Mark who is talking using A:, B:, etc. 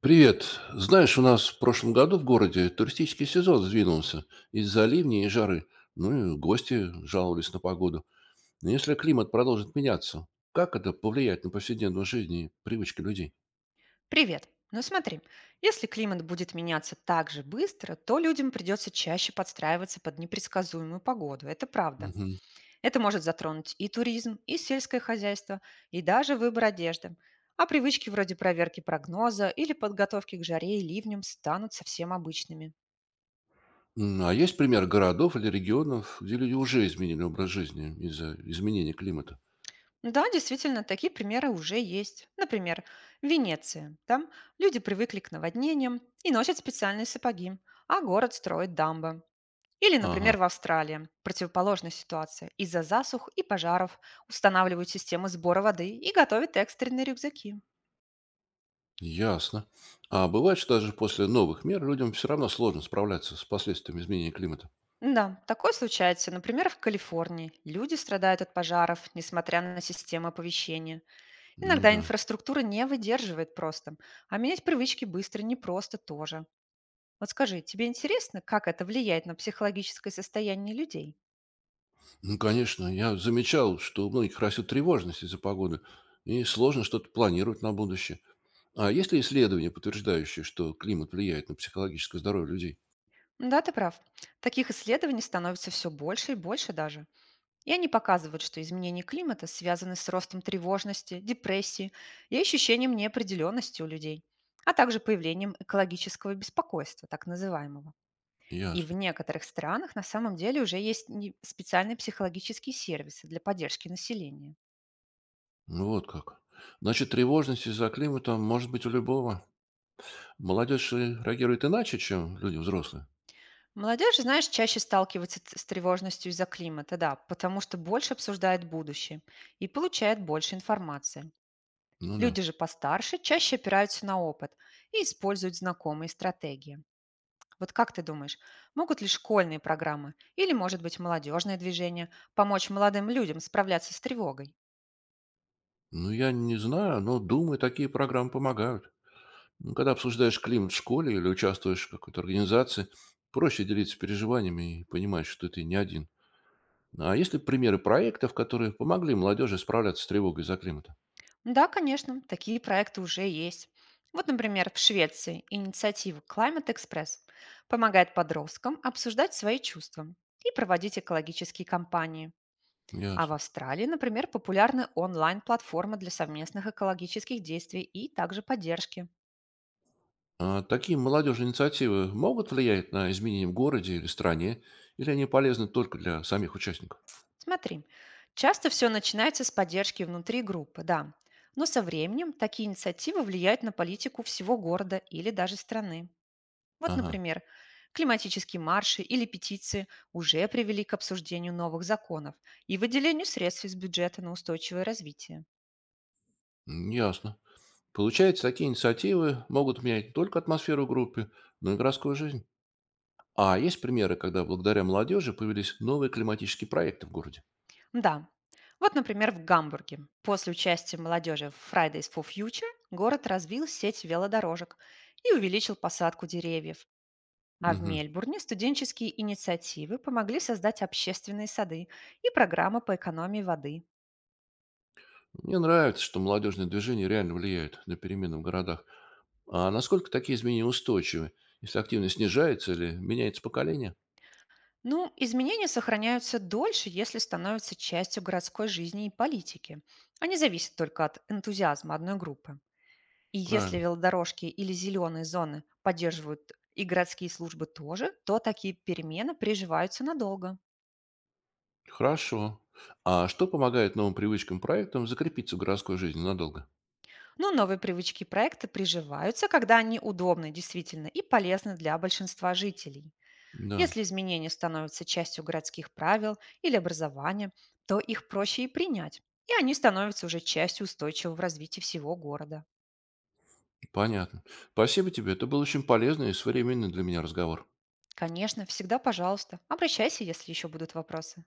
A: Привет. Знаешь, у нас в прошлом году в городе туристический сезон сдвинулся из-за ливней и жары. Ну и гости жаловались на погоду. Но если климат продолжит меняться, как это повлияет на повседневную жизнь и привычки людей?
B: Привет. Ну смотри, если климат будет меняться так же быстро, то людям придется чаще подстраиваться под непредсказуемую погоду. Это правда.
A: Мгм.
B: Это может затронуть и туризм, и сельское хозяйство, и даже выбор одежды. А привычки вроде проверки прогноза или подготовки к жаре и ливням станут совсем обычными.
A: М, а есть пример городов или регионов, где люди уже изменили образ жизни из-за изменения климата?
B: Да, действительно, такие примеры уже есть. Например, Венеция. Там люди привыкли к наводнениям и носят специальные сапоги, а город строит дамбы. Или,
A: Ага,
B: например, в Австралии, противоположная ситуация, из-за засух и пожаров устанавливают системы сбора воды и готовят экстренные рюкзаки.
A: ясно. А бывает, что даже после новых мер людям все равно сложно справляться с последствиями изменения климата?
B: Да, такое случается, например, в Калифорнии. Люди страдают от пожаров, несмотря на систему оповещения.
A: М,
B: Иногда
A: да.
B: инфраструктура не выдерживает просто, а менять привычки быстро непросто тоже. Вот скажи, тебе интересно, как это влияет на психологическое состояние людей?
A: Ну, конечно, я замечал, что у многих растет тревожность из-за погоды, и сложно что-то планировать на будущее. А есть ли исследования, подтверждающие, что климат влияет на психологическое здоровье людей?
B: Да, ты прав. Таких исследований становится все больше и больше даже. И они показывают, что изменения климата связаны с ростом тревожности, депрессии и ощущением неопределенности у людей, а также появлением экологического беспокойства, так называемого. И в
A: Ясно.
B: некоторых странах на самом деле уже есть специальные психологические сервисы для поддержки населения.
A: Ну, вот как. Значит, тревожность из-за климата может быть у любого. Молодежь реагирует иначе, чем люди взрослые.
B: Молодежь, знаешь, чаще сталкивается с тревожностью из-за климата, да, потому что больше обсуждает будущее и получает больше информации.
A: Ну да.
B: Люди же постарше чаще опираются на опыт и используют знакомые стратегии. Вот как ты думаешь, могут ли школьные программы или, может быть, молодежные движения помочь молодым людям справляться с тревогой?
A: Ну, я не знаю, но думаю, такие программы помогают. Ну, когда обсуждаешь климат в школе или участвуешь в какой-то организации, проще делиться переживаниями и понимать, что ты не один. А есть ли примеры проектов, которые помогли молодежи справляться с тревогой за климата?
B: Да, конечно, такие проекты уже есть. Вот, например, в Швеции инициатива Climate Express помогает подросткам обсуждать свои чувства и проводить экологические кампании. А в
A: Ясно.
B: Австралии, например, популярны онлайн-платформы для совместных экологических действий и также поддержки.
A: А такие молодежные инициативы могут влиять на изменения в городе или стране, или они полезны только для самих участников?
B: Смотри, часто все начинается с поддержки внутри группы, да. Но со временем такие инициативы влияют на политику всего города или даже страны. Вот,
A: Ага,
B: например, климатические марши или петиции уже привели к обсуждению новых законов и выделению средств из бюджета на устойчивое развитие.
A: м, ясно. Получается, такие инициативы могут менять не только атмосферу группы, но и городскую жизнь. А есть примеры, когда благодаря молодежи появились новые климатические проекты в городе?
B: Да, вот, например, в Гамбурге. После участия молодежи в Fridays for Future город развил сеть велодорожек и увеличил посадку деревьев. А в
A: Мгм.
B: Мельбурне студенческие инициативы помогли создать общественные сады и программы по экономии воды.
A: Мне нравится, что молодежные движения реально влияют на перемены в городах. А насколько такие изменения устойчивы, если активность снижается или меняется поколение?
B: Ну, изменения сохраняются дольше, если становятся частью городской жизни и политики. Они зависят только от энтузиазма одной группы. И если
A: Правильно.
B: велодорожки или зеленые зоны поддерживают и городские службы тоже, то такие перемены приживаются надолго.
A: Хорошо. А что помогает новым привычкам проектам закрепиться в городской жизни надолго?
B: Но новые привычки и проекты приживаются, когда они удобны действительно и полезны для большинства жителей.
A: Да,
B: Если изменения становятся частью городских правил или образования, то их проще и принять, и они становятся уже частью устойчивого развития всего города.
A: понятно. Спасибо тебе. Это был очень полезный и современный для меня разговор.
B: Конечно, всегда пожалуйста. Обращайся, если еще будут вопросы.